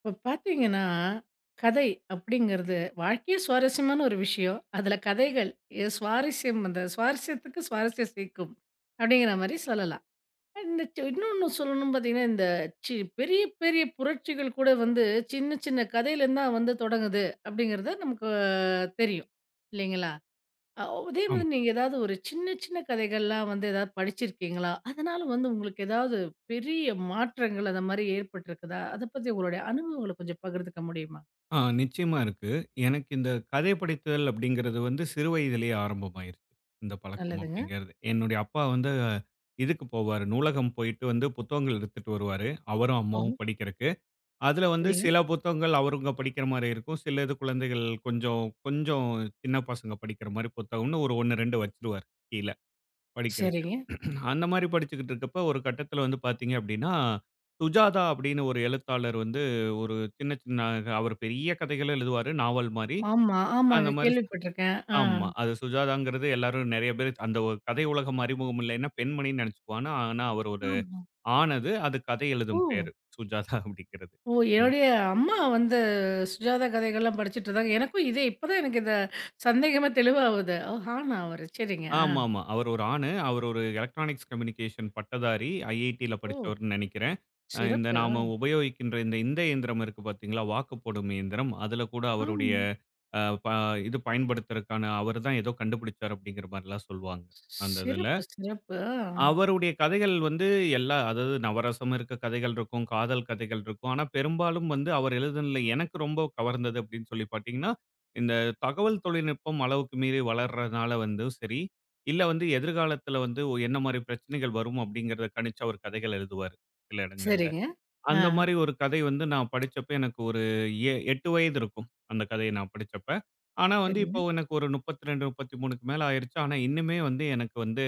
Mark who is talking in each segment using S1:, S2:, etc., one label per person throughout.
S1: இப்ப பார்த்தீங்கன்னா, கதை அப்படிங்கிறது வாழ்க்கையே சுவாரஸ்யமான ஒரு விஷயம். அதில கதைகள் சுவாரஸ்யம் அந்த சுவாரஸ்யத்துக்கு சுவாரஸ்யம் சேர்க்கும். அப்படிங்கிற மாரி சொல்லலாம். இந்த இன்னொன்னு சொல்லணும் பார்த்தீங்கன்னா, இந்த பெரிய, பெரிய புரட்சிகள் கூட வந்து சின்ன, சின்ன கதையிலேருந்து தான் வந்து தொடங்குது அப்படிங்கிறது நமக்கு தெரியும். இல்லைங்களா? அ அதே
S2: ஆமா.
S1: மாதிரி நீங்க ஏதாவது ஒரு சின்ன சின்ன கதைகள்லாம் வந்து ஏதாவது படிச்சிருக்கீங்களா? அதனால வந்து உங்களுக்கு ஏதாவது பெரிய மாற்றங்கள் அந்த மாரி ஏற்பட்டிருக்குதா? அத பத்தி உங்களுடைய அனுபவங்கள கொஞ்சம் பகிர்ந்துக்க முடியுமா?
S2: நிச்சயமா இருக்கு. எனக்கு இந்த கதை படித்தல் அப்படிங்கிறது வந்து சிறு வயதிலேயே ஆரம்பமாயிருச்சு. இந்த பழக்கம்
S1: நல்லதுங்க.
S2: அப்படிங்கிறது. என்னுடைய அப்பா வந்து இதுக்கு போவாரு. நூலகம் போயிட்டு வந்து புத்தகங்கள் எடுத்துட்டு வருவாரு. அவரும்,
S1: ஓ!
S2: அம்மாவும் படிக்கிறக்கு. அதுல வந்து
S1: சரிங்க,
S2: சில புத்தகங்கள் அவருங்க படிக்கிற மாரி இருக்கும். சில இது குழந்தைகள் கொஞ்சம் கொஞ்சம் சின்ன பசங்க படிக்கிற மாரி புத்தகம்னு ஒரு 1, 2 வச்சுருவாரு கீழ. படிக்கிறக்கு.
S1: சரிங்க.
S2: அந்த மாரி படிச்சுக்கிட்டு இருக்கப்ப, ஒரு கட்டத்தில வந்து பார்த்தீங்க அப்டின்னா, சுஜாதா அப்டின்னு ஒரு எழுத்தாளர் வந்து ஒரு சின்ன சின்ன அவர் பெரிய கதைகள எழுதுவாரு, நாவல் மாரி.
S1: ஆமா, ஆமாங்க.
S2: அந்த மாரி
S1: கேள்விப்பட்டிருக்கேன். ஆ.
S2: ஆமா. அது சுஜாதாங்கிறது எல்லாரும் நெறைய பேர் அந்த ஒரு கதை உலகம் அறிமுகம் இல்லைன்னா, பெண்மணின்னு நெனச்சுக்குவான். ஆனா, அவர் ஒரு
S1: ஆமா.
S2: ஆண் அது. அது கதை
S1: ஓ!
S2: எழுதும் பெயரு. சுஜாதா அப்டிங்கிறது.
S1: ஓ! என்னுடைய அம்மா வந்து சுஜாதா கதைகள்லாம் படிச்சுட்டு இருந்தாங்க. எனக்கும் இதே இப்ப தான் எனக்கு இந்த சந்தேகமே தெளிவாவுது. ஓ! ஹானா அவரு. சரிங்க. ஆ.
S2: ஆமாமா. அவரு ஒரு ஆணு. அவரு ஒரு எலக்ட்ரானிக்ஸ் கம்யூனிகேஷன் பட்டதாரி. ஐஐடில
S1: ஓ!
S2: படிச்சவர்ன்னு நெனைக்கிறேன். இந்த
S1: சிறப்பு.
S2: நாம
S1: ஆ.
S2: உபயோகிக்கின்ற இந்த இந்த இயந்திரம் இருக்கு பார்த்தீங்களா? வாக்கு போடும் இயந்திரம். அதுல கூட அவருடைய
S1: ஆமா.
S2: அ ப இது பயன்படுத்துறதுக்கான அவரு தான் ஏதோ கண்டுபிடிச்சார் அப்படிங்கிற மாரிலாம் சொல்வாங்க. அந்த இதுல.
S1: சிறப்பு, சிறப்பு. ஆ.
S2: அவருடைய கதைகள் வந்து எல்லா அதாவது நவரசம் இருக்க கதைகள் இருக்கும், காதல் கதைகள் இருக்கும். ஆனா, பெரும்பாலும் வந்து அவர் எழுதுனதுல எனக்கு ரொம்ப கவர்ந்தது அப்படின்னு சொல்லி பார்த்தீங்கன்னா, இந்த தகவல் தொழில்நுட்பம் அளவுக்கு மீறி வளர்றதுனால வந்து சரி, இல்ல வந்து எதிர்காலத்துல வந்து என்ன மாரி பிரச்சனைகள் வரும் அப்படிங்கிறத கணிச்சு அவர் கதைகள் எழுதுவாரு, சில இடங்கள்ல.
S1: சரிங்க. ஆ,
S2: அந்த மாரி ஒரு கதை வந்து நான் படிச்சப்ப எனக்கு ஒரு 8 வயது இருக்கும், அந்த கதைய நான் படிச்சப்ப. ஆனா, வந்து
S1: சரிங்க,
S2: இப்போ எனக்கு ஒரு 32, 33க்கு மேல ஆயிருச்சு. ஆனா, இன்னுமே வந்து எனக்கு வந்து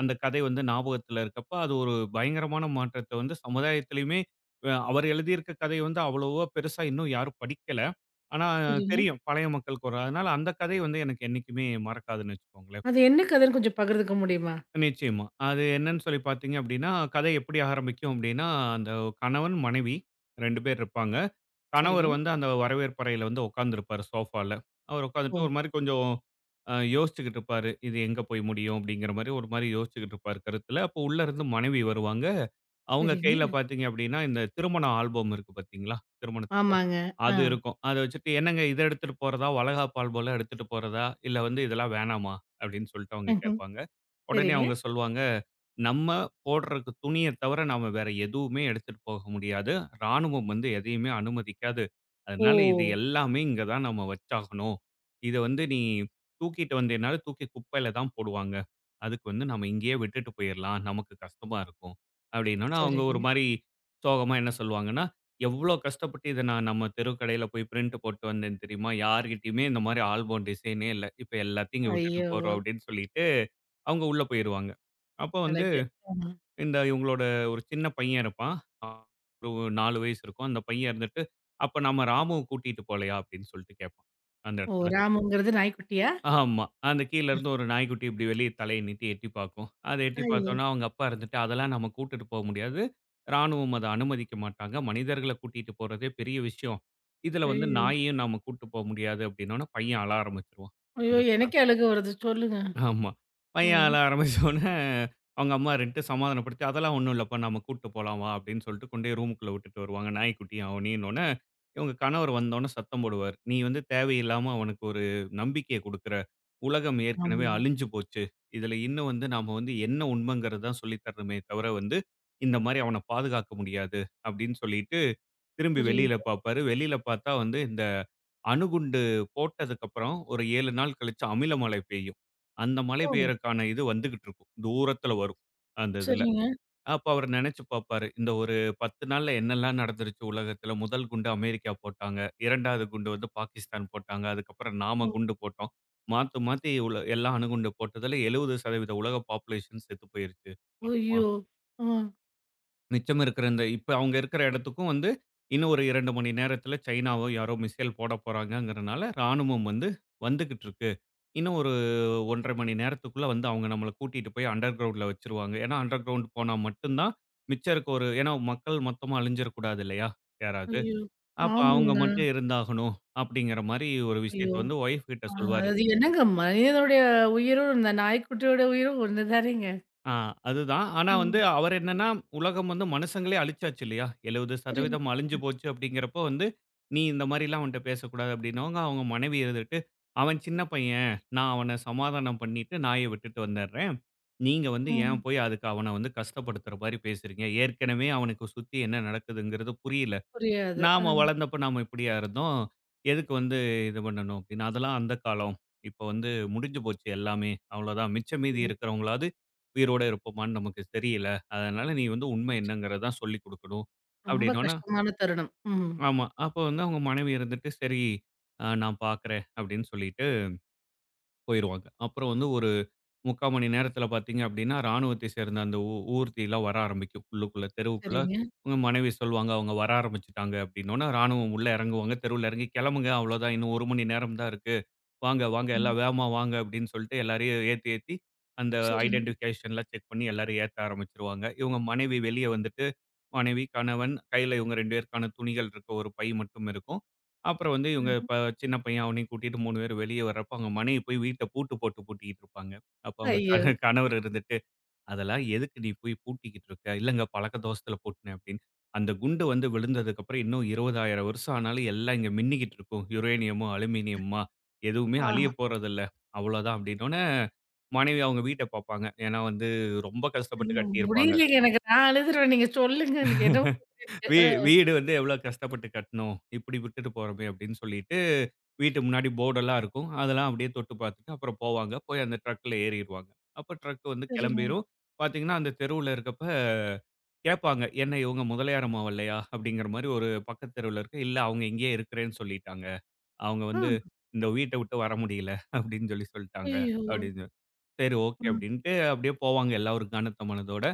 S2: அந்த கதை வந்து ஞாபகத்துல இருக்கப்ப, அது ஒரு பயங்கரமான மாற்றத்த வந்து சமுதாயத்திலயுமே அவர் எழுதியிருக்க கதை வந்து அவ்வளவா பெருசா இன்னும் யாரும் படிக்கல. ஆனா
S1: சரிங்க.
S2: தெரியும் பழைய மக்களுக்கு ஒரு அதனால அந்த கதை வந்து எனக்கு என்னைக்குமே மறக்காதுன்னு வச்சுக்கோங்களேன்.
S1: அது என்ன கதைன்னு கொஞ்சம் பகிர்ந்துக்க முடியுமா?
S2: நிச்சயமா. அது என்னன்னு சொல்லி பார்த்தீங்க அப்படின்னா, கதை எப்படி ஆரம்பிக்கும் அப்படின்னா, அந்த கணவன், மனைவி 2 பேர் இருப்பாங்க. கணவர்
S1: சரிங்க.
S2: வந்து அந்த வரவேற்பறையில வந்து உட்காந்துருப்பாரு சோஃபால. அவர்
S1: ஓ!
S2: உட்காந்துட்டு ஒரு மாரி கொஞ்சம் யோசிச்சுக்கிட்டு இருப்பாரு. இது எங்க போய் முடியும்? அப்படிங்கிற மாரி ஒரு மாரி யோசிச்சுக்கிட்டு இருப்பாரு கருத்துல. அப்போ உள்ள இருந்து மனைவி வருவாங்க. அவங்க கையில
S1: சரிங்க.
S2: பார்த்தீங்க அப்படின்னா, இந்த திருமண ஆல்பம் இருக்கு பார்த்தீங்களா? திருமணத்துக்கு.
S1: ஆமாங்க. ஆ.
S2: அது இருக்கும். அத வச்சுட்டு, "என்னங்க இத எடுத்துட்டு போறதா? வளகாப்பு ஆல்பம்லாம் எடுத்துட்டு போறதா? இல்ல வந்து இதெல்லாம் வேணாமா?" அப்படின்னு சொல்லிட்டு அவங்க
S1: ம்ஹ்ம்.
S2: கேட்பாங்க. உடனே
S1: சரிங்க.
S2: அவங்க சொல்லுவாங்க, "நம்ம போடுறக்கு துணிய தவிர நாம வேற எதுவுமே எடுத்துட்டு போக முடியாது. ராணுவம் வந்து எதையுமே அனுமதிக்காது.
S1: ஓ!
S2: அதனால இது எல்லாமே இங்க தான் நம்ம வச்சாகணும். இத வந்து நீ தூக்கிட்டு வந்தேன்னாலும் தூக்கி குப்பையில தான் போடுவாங்க. அதுக்கு வந்து நம்ம இங்கேயே விட்டுட்டு போயிரலாம். நமக்கு கஷ்டமா இருக்கும்." அப்படின்னோன, அவங்க ஒரு
S1: சரிங்க.
S2: மாரி சோகமா என்ன சொல்லுவாங்கன்னா, "எவ்ளோ கஷ்டப்பட்டு இத நான் நம்ம தெரு கடையில போய் பிரிண்ட் போட்டு வந்தேன் தெரியுமா? யார்கிட்டயுமே இந்த மாரி ஆல்பம் டிசைனே இல்ல. இப்ப எல்லாத்தையும் இங்க விட்டுட்டு
S1: ஐயோ!
S2: போறோம்." அப்படின்னு சொல்லிட்டு அவங்க உள்ள போயிருவாங்க. அப்போ வந்து
S1: அழகு. ஆமா.
S2: இந்த இவங்களோட ஒரு சின்ன பையன் இருப்பான். அ ஒரு 4 வயசு இருக்கும். அந்த பையன் இருந்துட்டு, "அப்ப நம்ம ராமுவ கூட்டிட்டு போலயா?" அப்படின்னு சொல்லிட்டு கேட்பான் அந்த
S1: ஓ!
S2: இடத்துல.
S1: ராமுங்கிறது நாய்க்குட்டியா?
S2: ஆமா. அந்த கீழருந்து ஒரு நாய்க்குட்டி இப்படி வெளிய தலைய நீட்டி எட்டி பார்க்கும். அத எட்டி
S1: ஐயோ!
S2: பார்த்தோம்ன்னா, அவங்க அப்பா இருந்துட்டு, "அதெல்லாம் நம்ம கூட்டிட்டு போ முடியாது. ராணுவம் அத அனுமதிக்க மாட்டாங்க. மனிதர்கள கூட்டிட்டு போறதே பெரிய விஷயம். இதுல வந்து
S1: ஐயோ!
S2: நாயையும் நாம கூட்டு போ முடியாது" அப்படின்னோன பையன் அழ ஆரம்பிச்சுருவான்.
S1: ஐயோ!
S2: அந்த
S1: எனக்கே அழுக வருது. சொல்லுங்க.
S2: ஆமா. பையன் அழ
S1: ம்.
S2: ஆரம்பிச்சோனே, அவங்க அம்மா 2 சமாதானப்படுத்தி, "அதெல்லாம் ஒண்ணும் இல்லப்பா, நம்ம கூட்டு போலாம் வா" அப்படின்னு சொல்லிட்டு கொண்டு போய் ரூமுக்குள்ள விட்டுட்டு வருவாங்க, நாய்க்குட்டியும் அவனையுன்னோனே, இவங்க கணவர் வந்தோனே சத்தம் போடுவார். "நீ வந்து தேவையில்லாம அவனுக்கு ஒரு நம்பிக்கைய குடுக்குற. உலகம் ஏற்கனவே
S1: ஆமா.
S2: அழிஞ்சு போச்சு. இதுல இன்னும் வந்து நாம வந்து என்ன உண்மைங்கிறது தான் சொல்லி தரணுமே தவிர வந்து, இந்த மாரி அவன பாதுகாக்க முடியாது" அப்படின்னு சொல்லிட்டு திரும்பி வெளியில
S1: புரியுது.
S2: பாப்பாரு. வெளியில பாத்தா வந்து இந்த அணுகுண்டு போட்டதுக்கப்புறம் ஒரு 7 நாள் கழிச்சு அமில மழை பெய்யும். அந்த மழை
S1: ஓ!
S2: பெய்யறக்கான இது வந்துகிட்டு இருக்கும். தூரத்துல வரும். அந்த இதுல.
S1: சரிங்க.
S2: அப்ப அவரு நெனச்சு பாப்பாரு. இந்த ஒரு 10 நாள்ல என்னெல்லாம் நடந்துருச்சு உலகத்துல. முதல் குண்டு அமெரிக்கா போட்டாங்க. 2வது குண்டு வந்து பாகிஸ்தான் போட்டாங்க. அதுக்கப்புறம் நாம
S1: ம்.
S2: குண்டு போட்டோம். மாத்தி மாத்தி உள்ள எல்லா அணுகுண்டு போட்டதுல 70% உலக பாப்புலேஷன் செத்து போயிருச்சு மொத்தமா.
S1: ஐயோ! ஆ.
S2: மிச்சம் இருக்கிற இந்த இப்ப அவங்க இருக்கிற இடத்துக்கும் வந்து, இன்னும் ஒரு 2 மணி நேரத்தில சைனாவோ யாரோ மிசைல் போட போறாங்கங்கிறனால, ராணுவம் வந்து வந்துகிட்டு இருக்கு. இன்னும் ஒரு 1½ மணி நேரத்துக்குள்ள வந்து அவங்க நம்மள கூட்டிட்டு போய் அண்டர் கிரவுண்ட்ல வச்சுருவாங்க. ஏன்னா, அண்டர் கிரவுண்ட் போனா மட்டும் தான் மிச்சம் இருக்க ஒரு ஏன்னா மக்கள் மொத்தமா அழிஞ்சிறக்கூடாது இல்லையா? யாராவது.
S1: ஐயோ!
S2: அப்ப அவங்க
S1: ஆமாங்க.
S2: மட்டும் இருந்தாகணும் அப்படிங்கிற மாரி ஒரு விஷயத்த
S1: ஐயோ!
S2: வந்து ஒய்ஃப் கிட்ட
S1: அது
S2: சொல்வாரு.
S1: அது என்னங்க மனிதனுடைய உயிரும், இந்த நாய்க்குட்டியோட உயிரும் ஒண்ணு தானேங்க.
S2: ஆ அதுதான். ஆனா வந்து
S1: ம்.
S2: அவர் என்னன்னா, உலகம் வந்து மனுஷங்களே அழிச்சாச்சு இல்லையா?
S1: புரியுது.
S2: 70% அழிஞ்சு போச்சு அப்படிங்கிறப்போ வந்து, "நீ இந்த மாரிலாம் அவன்ட்ட பேசக்கூடாது" அப்படின்னவங்க, அவங்க மனைவி இருந்துட்டு, "அவன் சின்ன பையன். நான் அவன சமாதானம் பண்ணிட்டு நாய விட்டுட்டு வந்துடுறேன். நீங்க வந்து ஏன்
S1: ம்.
S2: போய் அதுக்கு அவன வந்து கஷ்டப்படுத்துற மாரி பேசுறீங்க? ஏற்கனவே அவனுக்கு சுத்தி என்ன நடக்குதுங்கிறது புரியல.
S1: புரியாது.
S2: நாம வளர்ந்தப்ப நாம இப்படியா இருந்தோம். எதுக்கு வந்து இது பண்ணணும் அப்படின்னு. அதெல்லாம் அந்த காலம். இப்போ வந்து முடிஞ்சு போச்சு எல்லாமே. அவ்வளோதான். மிச்ச மீதி இருக்கிறவங்களாவது உயிரோட இருப்போமான்னு நமக்கு தெரியல. அதனால நீ வந்து உண்மை என்னங்கிறத தான் சொல்லிக் குடுக்கணும்.
S1: ரொம்ப
S2: அப்படின்னோன
S1: கஷ்டமான தருணம். ம்.
S2: ஆமா. அப்போ வந்து அவங்க மனைவி இருந்துட்டு, சரி நான் பார்க்குறேன் அப்படின்னு சொல்லிட்டு போயிருவாங்க. அப்புறம் வந்து ஒரு முக்கால் மணி நேரத்தில பார்த்தீங்க அப்படின்னா, ராணுவத்தை சேர்ந்த அந்த ஊர்திலாம் வர ஆரம்பிக்கும். உள்ளுக்குள்ள தெருவுக்குள்ள
S1: சரிங்க.
S2: உங்க மனைவி சொல்லுவாங்க, அவங்க வர ஆரம்பிச்சுட்டாங்க அப்படின்னோன, ராணுவம் உள்ள இறங்குவாங்க. தெருவுல இறங்கி கிளம்புங்க அவ்வளோதான். இன்னும் 1 மணி நேரம் தான் இருக்கு. "வாங்க, வாங்க
S1: ம்.
S2: எல்லாம் வேகமா வாங்க" அப்படின்னு சொல்லிட்டு எல்லாரையும் ஏத்தி, ஏத்தி அந்த
S1: சரிங்க.
S2: ஐடென்டிஃபிகேஷன்லாம் செக் பண்ணி எல்லாரும் ஏத்த ஆரம்பிச்சுருவாங்க. இவங்க மனைவி வெளிய வந்துட்டு, மனைவி, கணவன் கையில இவங்க 2 பேருக்கான துணிகள் இருக்க ஒரு பை மட்டும் இருக்கும். அப்புறம் வந்து இவங்க
S1: ம்.
S2: சின்ன பையன் அவனையும் கூட்டிட்டு 3 பேரும் வெளிய வர்றப்ப, அவங்க மனைவி போய் வீட்ட பூட்டு போட்டு பூட்டிக்கிட்டு இருப்பாங்க. அப்ப அவங்க
S1: ஐயோ!
S2: கணவர் இருந்துட்டு அதெல்லாம் எதுக்கு நீ போய் பூட்டிக்கிட்டு இருக்க? இல்லங்க பழக்க தோஷத்துல பூட்டினேன் அப்படின்னு. அந்த குண்டு வந்து விழுந்ததுக்கு அப்புறம் இன்னும் 20,000 வருஷம் ஆனாலும் எல்லாம் இங்க மின்னிக்கிட்டு இருக்கும். யுரேனியமும், அலுமினியமா எதுவுமே
S1: ஆஹா!
S2: அழியப் போறதில்ல. அவ்வளோதான் அப்படின்னோனே, மனைவி அவங்க வீட்ட பார்ப்பாங்க. ஏன்னா வந்து ரொம்ப கஷ்டப்பட்டு
S1: ஐயோ!
S2: கட்டியிருப்பாங்க.
S1: முடியலைங்க எனக்கு. நான் அழுதுருவேன். நீங்க சொல்லுங்க. எனக்கு என்னவோ புரியுது.
S2: வீ வீடு வந்து எவ்வளோ கஷ்டப்பட்டு கட்டணும்? இப்படி விட்டுட்டு போறோமே அப்படின்னு சொல்லிட்டு, வீட்டு முன்னாடி போர்டெல்லாம் இருக்கும். அதெல்லாம் அப்படியே தொட்டு பார்த்துட்டு அப்புறம் போவாங்க. போய் அந்த ட்ரக்ல ஏறிருவாங்க. அப்ப ட்ரக் வந்து
S1: சரிங்க.
S2: கிளம்பிரும். பார்த்தீங்கன்னா, அந்த தெருவுல இருக்கப்ப கேட்பாங்க. என்ன இவங்க முதலியாரம்மா வரலையா? அப்படிங்கிற மாரி ஒரு பக்கத்து தெருவுல இருக்கு. இல்ல அவங்க இங்கேயே இருக்கிறேன்னு சொல்லிட்டாங்க. அவங்க
S1: ஆ.
S2: வந்து இந்த வீட்ட விட்டு வர முடியல அப்படின்னு சொல்லி சொல்ட்டாங்க.
S1: ஐயோ!
S2: அப்படின்னு சரி, ஓகே.
S1: ம்.
S2: அப்டின்ட்டு அப்டியே போவாங்க எல்லாம் ஒரு கனத்த மனதோட.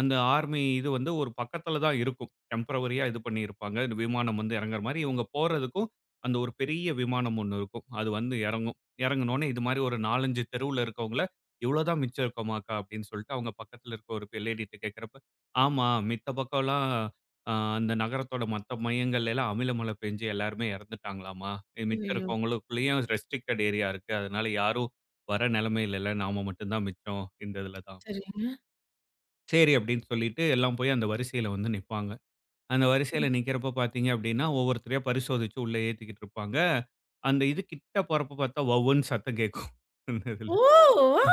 S2: அந்த ஆர்மி இது வந்து ஒரு பக்கத்துல தான் இருக்கும். டெம்பரவரியா இது பண்ணியிருப்பாங்க. இந்த விமானம் வந்து இறங்குற மாரி இவங்க போறதுக்கும், அந்த ஒரு பெரிய விமானம் ஒண்ணு இருக்கும். அது வந்து இறங்கும். இறங்குனோனே இது மாரி ஒரு 4, 5 தெருவுல இருக்கவங்கள, "இவ்ளோ தான் மிச்சம் இருக்கோமாக்கா?" அப்டின்னு சொல்லிட்டு அவங்க பக்கத்துல இருக்க ஒரு லேடிட்ட கேட்கிறப்ப, "ஆமா, மித்த பக்கம்லாம் அ அந்த நகரத்தோட மத்த மையங்கள்ல எல்லாம் அமில மழை பெஞ்சு எல்லாருமே இறந்துட்டாங்களாம்மா. மிச்சம்
S1: ஐயோ!
S2: இருக்கவங்களுக்குள்ளயும் ரெஸ்ட்ரிக்டட் ஏரியா இருக்கு. அதனால யாரும் வர நிலைமையிலல்ல. நாம மட்டும் தான் மிச்சம் இந்த இதில தான்.
S1: சரிங்க.
S2: சரி அப்படின்னு சொல்லிட்டு எல்லாம் போய் அந்த வரிசையில வந்து நிப்பாங்க. அந்த வரிசையில நிக்கிறப்ப பார்த்தீங்க அப்படின்னா, ஒவ்வொருத்தரையா பரிசோதிச்சு உள்ள ஏத்திக்கிட்டு இருப்பாங்க. அந்த இது கிட்ட போறப்ப பார்த்தா, வவ்வுன்னு சத்தம் கேட்கும். அந்த இதுல.
S1: ஓ! ஆ!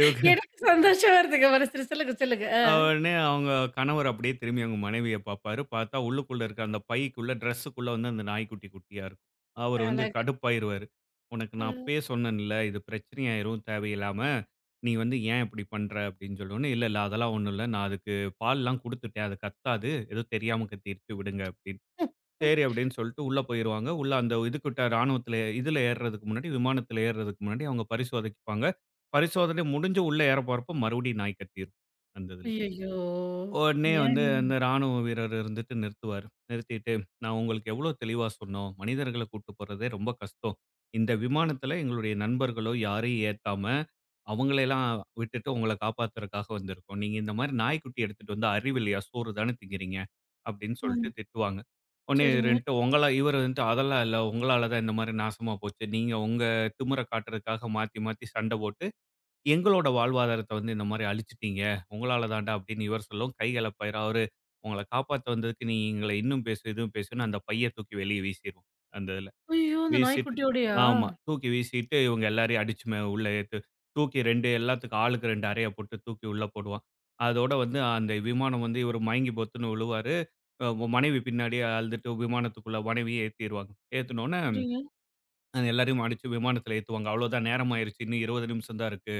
S2: இவங்க
S1: எனக்கு சந்தோஷம் வருதுங்க மனசுல. சொல்லுங்க, சொல்லுங்க. அ.
S2: உடனே அவங்க கணவர் அப்படியே திரும்பி அவங்க மனைவிய பார்ப்பாரு. பார்த்தா உள்ளுக்குள்ள இருக்க அந்த பைக்குள்ள, ட்ரெஸ்ஸுக்குள்ள வந்து அந்த நாய்க்குட்டி குட்டியா இருக்கும். அவரு வந்து
S1: அழகா.
S2: கடுப்பாயிருவாரு. "உனக்கு
S1: அ.
S2: நான் அப்பயே சொன்னேன்ல, இது பிரச்சனையாயிரும் தேவையில்லாம. நீ வந்து ஏன் இப்படி பண்ற?" அப்படின்னு சொல்லவுடனே, "இல்ல, இல்ல அதெல்லாம் ஒண்ணும் இல்ல. நான் அதுக்கு பால்லாம் குடுத்துட்டேன். அது கத்தாது. ஏதோ தெரியாம கத்திருச்சு. விடுங்க." அப்படின்னு.
S1: ம். ம்.
S2: சரி அப்படின்னு சொல்லிட்டு உள்ள போயிருவாங்க. உள்ள அந்த இதுக்கிட்ட ராணுவத்தில இதுல ஏறுறதுக்கு முன்னாடி, விமானத்தில ஏறுறதுக்கு முன்னாடி அவங்க பரிசோதிப்பாங்க. பரிசோதனை முடிஞ்சு உள்ள ஏற போறப்ப மறுபடியும் நாய் கத்திரும். அந்த இதுல.
S1: ஐயய்யோ!
S2: உடனே வந்து
S1: ஏன்?
S2: அந்த ராணுவ வீரர் இருந்துட்டு நிறுத்துவாரு. நிறுத்திட்டு, "நான் உங்களுக்கு எவ்வளோ தெளிவா சொன்னோம். மனிதர்கள கூட்டு போறதே ரொம்ப கஷ்டம். இந்த விமானத்தில எங்களுடைய நண்பர்களோ யாரையும் ஏத்தாம, அவங்களையெல்லாம் விட்டுட்டு உங்கள காப்பாத்துறக்காக வந்திருக்கோம். நீங்க இந்த மாரி நாய்க்குட்டி எடுத்துட்டு வந்தா அறிவில்லையா? சோறு தானே திங்கிறீங்க." அப்படின்னு சொல்லிட்டு
S1: ம்.
S2: திட்டுவாங்க. உடனே
S1: சரிங்க.
S2: இவருன்ட்டு உங்கள இவர் வந்துட்டு, "அதெல்லாம் இல்ல. உங்களால தான் இந்த மாரி நாசமா போச்சு. நீங்க உங்க திமிர காட்டுறதுக்காக மாத்தி மாத்தி சண்டை போட்டு எங்களோட வாழ்வாதாரத்த வந்து இந்த மாரி அழிச்சுட்டீங்க. உங்களால தான்டா அப்படின்னு இவர் சொல்லவும், கைகலப்பாயிரும். அவரு உங்கள காப்பாத்த வந்ததுக்கு நீ எங்கள இன்னும் பேசு, இதுவும் பேசுன்னு அந்த பைய தூக்கி வெளிய வீசிருவோம். அந்த இதுல.
S1: ஐயோ! அந்த
S2: வீசிட்டு
S1: நாய்க்குட்டியோடயா?
S2: ஆமா. தூக்கி வீசிட்டு இவங்க எல்லாரையும் அடிச்சு மே உள்ள ஏத்து தூக்கி 2 எல்லாத்துக்கும் ஆளுக்கு 2 அறையா போட்டு தூக்கி உள்ள போடுவான். அதோட வந்து அந்த விமானம் வந்து இவரு மயங்கி பொத்துன்னு விழுவாரு. அ மனைவி பின்னாடியே அழுதுட்டு விமானத்துக்குள்ள மனைவிய ஏத்திருவாங்க. ஏத்துனோன
S1: சரிங்க.
S2: எல்லாரையும் அடிச்சு விமானத்துல ஏத்துவாங்க. அவ்வளோதான் நேரம் ஆயிருச்சு. இன்னும் 20 நிமிஷம் தான் இருக்கு.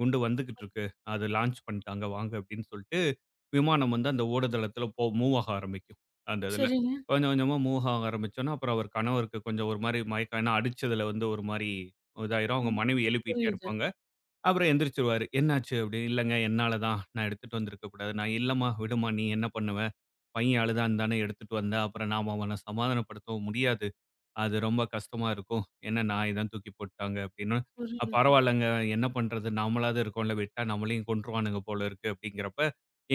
S2: குண்டு வந்துகிட்டுருக்கு. அது லான்ச் பண்ணிட்டாங்க வாங்க அப்படின்னு சொல்லிட்டு, விமானம் வந்து அந்த ஓடுதளத்தில போ மூவ் ஆக ஆரம்பிக்கும். அந்த இதில.
S1: சரிங்க.
S2: கொஞ்சம் கொஞ்சமா மூவ் ஆக ஆரம்பிச்சோனே, அப்புறம் அவர் கணவருக்கு கொஞ்சம் ஒரு மாரி மயக்கம் ஏன்னா அடிச்சதில வந்து ஒரு மாரி இதாயிரும். அவங்க
S1: ம்.
S2: மனைவி எழுப்பிட்டே
S1: புரியுது.
S2: இருப்பாங்க. அப்புறம் எந்திரிச்சுருவாரு. என்னாச்சு அப்படின்னு, இல்லங்க என்னால தான். நான் எடுத்துட்டு வந்திருக்க கூடாது. நான் இல்லம்மா விடும்மா நீ என்ன பண்ணுவ? பையன் அழுதான்னு தானே எடுத்துட்டு வந்த. அப்புறம் நாம அவன சமாதானப்படுத்தவும் முடியாது. அது ரொம்ப கஷ்டமா இருக்கும். என்ன நாய் தான் தூக்கி போட்டாங்க அப்படின்னு.
S1: புரியுது.
S2: பரவாயில்லங்க என்ன பண்றது? நாமளாவது இருக்கோம்ல, விட்டா நம்மளையும் கொன்றுவானுங்க போல இருக்கு அப்படிங்கிறப்ப,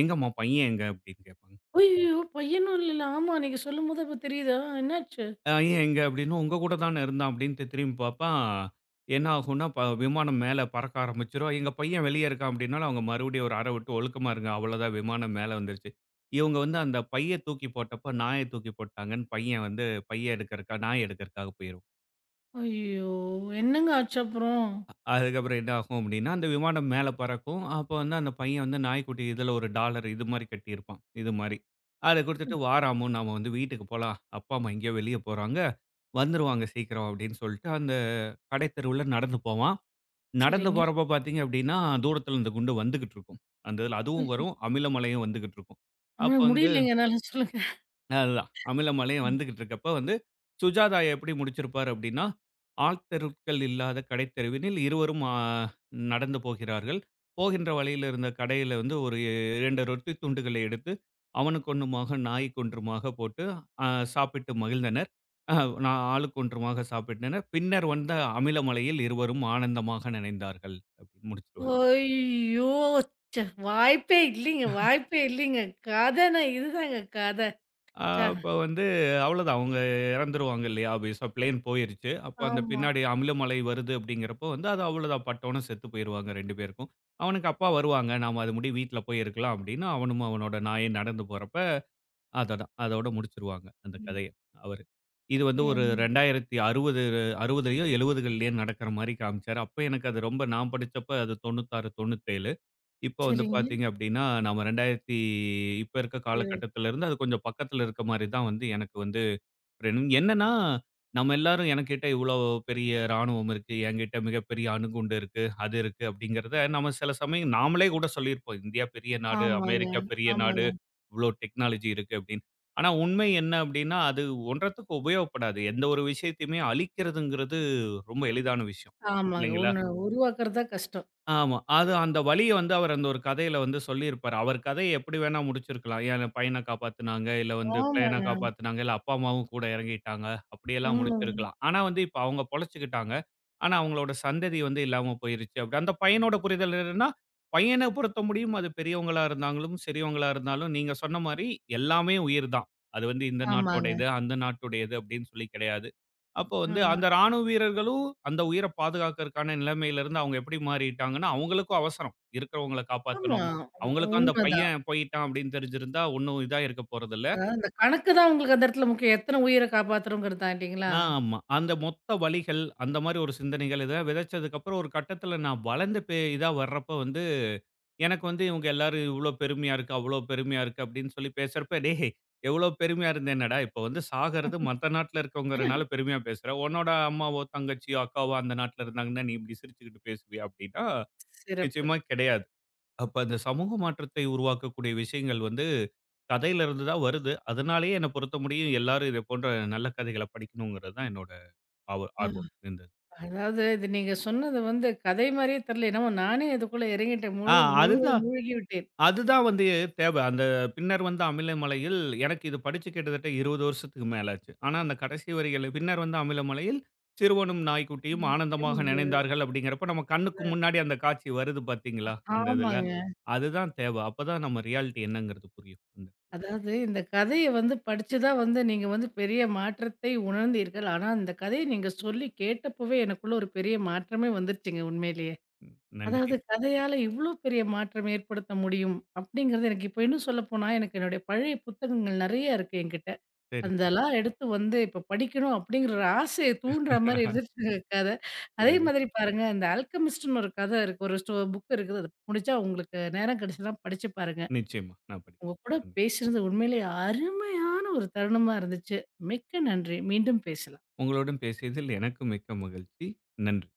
S2: எங்கம்மா பையன் எங்க? அப்படின்னு கேட்பாங்க.
S1: அய்யய்யோ! பையனும் இல்லல. ஆமா, நீங்க சொல்லும்போது அப்ப தெரியுதா? என்னாச்சு?
S2: பையன் எங்க? அப்படின்னும் உங்க கூட தானே இருந்தான் அப்படின்ட்டு திரும்பி பார்ப்பான். என்ன ஆகும்னா, விமானம் மேல பறக்க ஆரம்பிச்சுரும். எங்க பையன் வெளியே இருக்கான் அப்படின்னாலும் அவங்க மறுபடியும் ஒரு அறை விட்டு ஒழுக்கமா இருங்க. அவ்வளோதான் விமானம் மேல வந்துருச்சு. இவங்க வந்து அந்த பைய தூக்கி போட்டப்ப, நாய தூக்கி போட்டாங்கன்னு பையன் வந்து பைய எடுக்கறக்கா நாய் எடுக்கறக்காக போயிருவான்.
S1: ஐயய்யோ! என்னங்க ஆச்சு அப்புறம்?
S2: அதுக்கப்புறம் என்ன ஆகும் அப்படின்னா, அந்த விமானம் மேல பறக்கும். அப்ப வந்து அந்த பையன் வந்து நாய்க்குட்டி இதில ஒரு டாலர் இது மாரி கட்டியிருப்பான். இது மாரி. அத குடுத்துட்டு, "வா ராமு, நாம வந்து வீட்டுக்கு போலாம். அப்பா, அம்மா எங்கேயோ வெளிய போறாங்க. வந்துருவாங்க சீக்கிரம்." அப்படின்னு சொல்லிட்டு அந்த கடைத்தெருவுல நடந்து போவான். நடந்து
S1: சரிங்க.
S2: போறப்ப பார்த்தீங்க அப்படின்னா, தூரத்தில இந்த குண்டு வந்துகிட்டு இருக்கும். அந்த இதில அதுவும் வரும். அமிலமழையும் வந்துகிட்டு இருக்கும். அப்ப வந்து
S1: முடியலைங்க என்னால. சொல்லுங்க.
S2: அதுதான். அமிலமலையும்
S1: ம்.
S2: வந்துகிட்டுருக்கப்ப வந்து, சுஜாதா எப்படி முடிச்சிருப்பார் அப்படின்னா, ஆள்த்தெருக்கள் இல்லாத கடைத்தெருவினில் இருவரும் நடந்து போகிறார்கள். போகின்ற வழியில இருந்த கடையில வந்து ஒரு 2 ரொட்டி துண்டுகளை எடுத்து, அவனுக்கு ஒன்றுமாக, நாய்க்கு ஒன்றுமாக போட்டு அ சாப்பிட்டு மகிழ்ந்தனர். அ நான் ஆளுக்கு ஒன்றுமாக சாப்பிட்டனர். பின்னர் வந்த அமிலமலையில் இருவரும் ஆனந்தமாக நனைந்தார்கள். அப்படின்னு முடிச்சிருவார்.
S1: ஐயோ! ச்ச வாய்ப்பே இல்லைங்க, வாய்ப்பே இல்லைங்க. கதைனா இதுதாங்க கதை.
S2: அ
S1: ச்ச.
S2: அப்ப வந்து அவ்வளோதான். அவங்க இறந்துருவாங்க இல்லையா? ஆப்வியஸா பிளேன் போயிருச்சு. அப்போ அந்த
S1: ஆமா.
S2: பின்னாடி அமிலமலை வருது அப்படிங்கிறப்போ வந்து அது அவ்வளோதான் பட்டோன்னு செத்து போயிருவாங்க 2 பேருக்கும். அவனுக்கு அப்பா வருவாங்க. நாம அது முடிய வீட்ல போய் இருக்கலாம் அப்படின்னு அவனும் அவனோட நாயும் நடந்து போறப்ப அததான். அதோட முடிச்சிருவாங்க அந்த
S1: ம்.
S2: கதைய அவரு. இது வந்து ஒரு
S1: என்
S2: 2060 60லயோ 70கள்லயோ நடக்கிற மாரி காமிச்சாரு. அப்ப எனக்கு அது ரொம்ப நான் படிச்சப்ப அது 96, 97 இப்போ வந்து
S1: சரிங்க.
S2: பார்த்தீங்க அப்டின்னா, நம்ம 2000 இப்ப இருக்க
S1: ஐயோ!
S2: காலகட்டத்துல இருந்து அது கொஞ்சம் பக்கத்துல இருக்க மாரி தான் வந்து எனக்கு வந்து training. என்னன்னா, நம்ம எல்லாரும் எனக்கிட்ட இவ்ளோ பெரிய ராணுவம் இருக்கு, என்கிட்ட மிகப்பெரிய அணுகுண்டு இருக்கு, அது இருக்கு அப்டிங்கிறத நம்ம சில சமயம் நாமளே கூட சொல்லியிருப்போம். இந்தியா பெரிய நாடு,
S1: ஆமாங்க,
S2: அமெரிக்கா பெரிய நாடு,
S1: ஆமாங்க,
S2: இவ்ளோ டெக்னாலஜி இருக்கு அப்டின்னு. ஆனா உண்மை என்ன அப்டின்னா, அது ஒன்றத்துக்கு உபயோகப்படாது. எந்த ஒரு விஷயத்தையுமே அழிக்கிறதுங்கிறது ரொம்ப எளிதான விஷயம்.
S1: ஆமாங்க.
S2: இல்லைங்களா?
S1: ஒண்ணு உருவாக்குறது தான் கஷ்டம்.
S2: ஆமா. அது அந்த வலிய வந்து அவர் அந்த ஒரு கதையில வந்து சொல்லியிருப்பாரு. அவர் கதைய எப்படி வேணா முடிச்சிருக்கலாம். என் பையன காப்பாத்துனாங்க, இல்ல வந்து பிள்ளையன
S1: ஆமாங்க.
S2: காப்பாத்துனாங்க, இல்ல அப்பா, அம்மாவும் கூட இறங்கிட்டாங்க. அப்படியெல்லாம்
S1: ம்.
S2: முடிச்சிருக்கலாம். ஆனா வந்து இப்ப அவங்க பொழைச்சுக்கிட்டாங்க. ஆனா அவங்களோட சந்ததி வந்து இல்லாம போயிருச்சு. அப்படி அந்த பையனோட புரிதல் என்னன்னா, பையன பொறுத்த முடியும் அது பெரியவங்களா இருந்தாலும், சிறியவங்களா இருந்தாலும், நீங்க சொன்ன மாரி எல்லாமே உயிர் தான். அது வந்து இந்த நாட்டோட
S1: ஆமாங்க.
S2: இது, அந்த நாட்டுடையது அப்படின்னு சொல்லி கிடையாது. அப்போ வந்து அந்த
S1: ஆ.
S2: ராணுவ வீரர்களும் அந்த உயிர பாதுகாக்கறக்கான நிலைமையிலிருந்து அவங்க எப்படி மாறிட்டாங்கன்னா, அவங்களுக்கும் அவசரம். இருக்கிறவங்கள காப்பாத்தணும்
S1: ஆமா.
S2: அப்படின்னு. அவங்களுக்கும் அந்த
S1: உண்ம
S2: பையன் போயிட்டான் அப்படின்னு தெரிஞ்சிருந்தா, ஒண்ணும் இதா இருக்க போறதில்ல.
S1: அதாவது அந்த கணக்கு தான் உங்களுக்கு அந்த இடத்துல முக்கியம். எத்தனை உயிர காப்பாத்துறோங்கிறது தான் இல்லைங்களா?
S2: ஆமா. அந்த மொத்த வலிகள், அந்த மாரி ஒரு சிந்தனைகள் இத விதைச்சதுக்கப்புறம் ஒரு கட்டத்தில நான் வளர்ந்து இதா வர்றப்ப வந்து எனக்கு வந்து இவங்க எல்லாரும் இவ்வளோ பெருமையா இருக்கு, அவ்வளோ பெருமையா இருக்கு அப்படின்னு சொல்லி பேசுறப்ப, டேய் எவ்வளோ பெருமையா இருந்த என்னடா, இப்போ வந்து சாகறது மத்த நாட்டுல இருக்கவங்கிறனால பெருமையா பேசுற. உன்னோட அம்மாவோ, தங்கச்சியோ, அக்காவோ அந்த நாட்டுல இருந்தாங்கன்னா நீ இப்படி சிரிச்சுக்கிட்டு பேசுவியா அப்படின்னா,
S1: சிறப்பு.
S2: நிச்சயமா கிடையாது. அப்ப அந்த சமூக மாற்றத்தை உருவாக்கக்கூடிய விஷயங்கள் வந்து கதையில இருந்து தான் வருது. அதனாலேயே என்னை பொறுத்த முடியும் எல்லாரும் இதை போன்ற நல்ல கதைகளை படிக்கணுங்கிறது தான் என்னோட ஆவ
S1: ஆ.
S2: ஆர்வம் இருந்தது.
S1: அதாவது இது நீங்க சொன்னது வந்து கதை மாரியே தெரியல. என்னமோ நானே இதுக்குள்ள இறங்கிட்டேன்.
S2: ஆ
S1: முழு முழு
S2: அதுதான்.
S1: மூழ்கி விட்டேன்.
S2: அதுதான் வந்து தேவை. அந்த பின்னர் வந்த அமிலமலையில் எனக்கு இது படிச்சு கிட்டத்தட்ட 20 வருஷத்துக்கு மேல ஆச்சு. ஆனா, அந்த கடைசி வரிகள் பின்னர் வந்த அமிலமலையில் சிறுவனும், நாய்க்குட்டியும் ஆனந்தமாக நினைந்தார்கள் அப்படிங்கிறப்ப, நம்ம கண்ணுக்கு முன்னாடி அந்த காட்சி வருது பார்த்தீங்களா? அந்த இதுல.
S1: ஆமாங்க.
S2: அதுதான் தேவை. அப்பதான் நம்ம ரியாலிட்டி என்னங்கிறது புரியும். ம்.
S1: அதாவது இந்த கதைய வந்து படிச்சு தான் வந்து நீங்க வந்து பெரிய மாற்றத்தை உணர்ந்தீர்கள். ஆனா, இந்த கதைய நீங்க சொல்லி கேட்டப்பவே எனக்குள்ள ஒரு பெரிய மாற்றமே வந்துருச்சுங்க உண்மையிலேயே.
S2: நன்றி.
S1: அதாவது கதையால இவ்ளோ பெரிய மாற்றம் ஏற்படுத்த முடியும் அப்படிங்கிறது எனக்கு இப்போ இன்னும் சொல்லப்போனா, எனக்கு என்னுடைய பழைய புத்தகங்கள் நெறைய இருக்கு என்கிட்ட.
S2: சரி.
S1: அதெல்லாம் எடுத்து வந்து இப்ப படிக்கணும் அப்படிங்கிற ஒரு ஆசைய தூண்டுற மாரி இருந்துச்சுங்க கத. அதே
S2: புரியுது.
S1: மாதிரி பாருங்க இந்த அல்கெமிஸ்ட்ன்னு ஒரு கத இருக்கு. ஒரு ஸ்டோ புக் இருக்குது. அது முடிச்சா உங்களுக்கு நேரம் கிடைச்சதுனா படிச்சு பாருங்க.
S2: நிச்சயமா. நான்
S1: உங்க கூட
S2: படிக்கிறேன்.
S1: பேசுனது உண்மையிலேயே அருமையான ஒரு தருணமா இருந்துச்சு. மிக்க நன்றி. மீண்டும் பேசலாம்.
S2: உங்களுடன் பேசியதில் எனக்கு மிக்க மகிழ்ச்சி. நன்றி.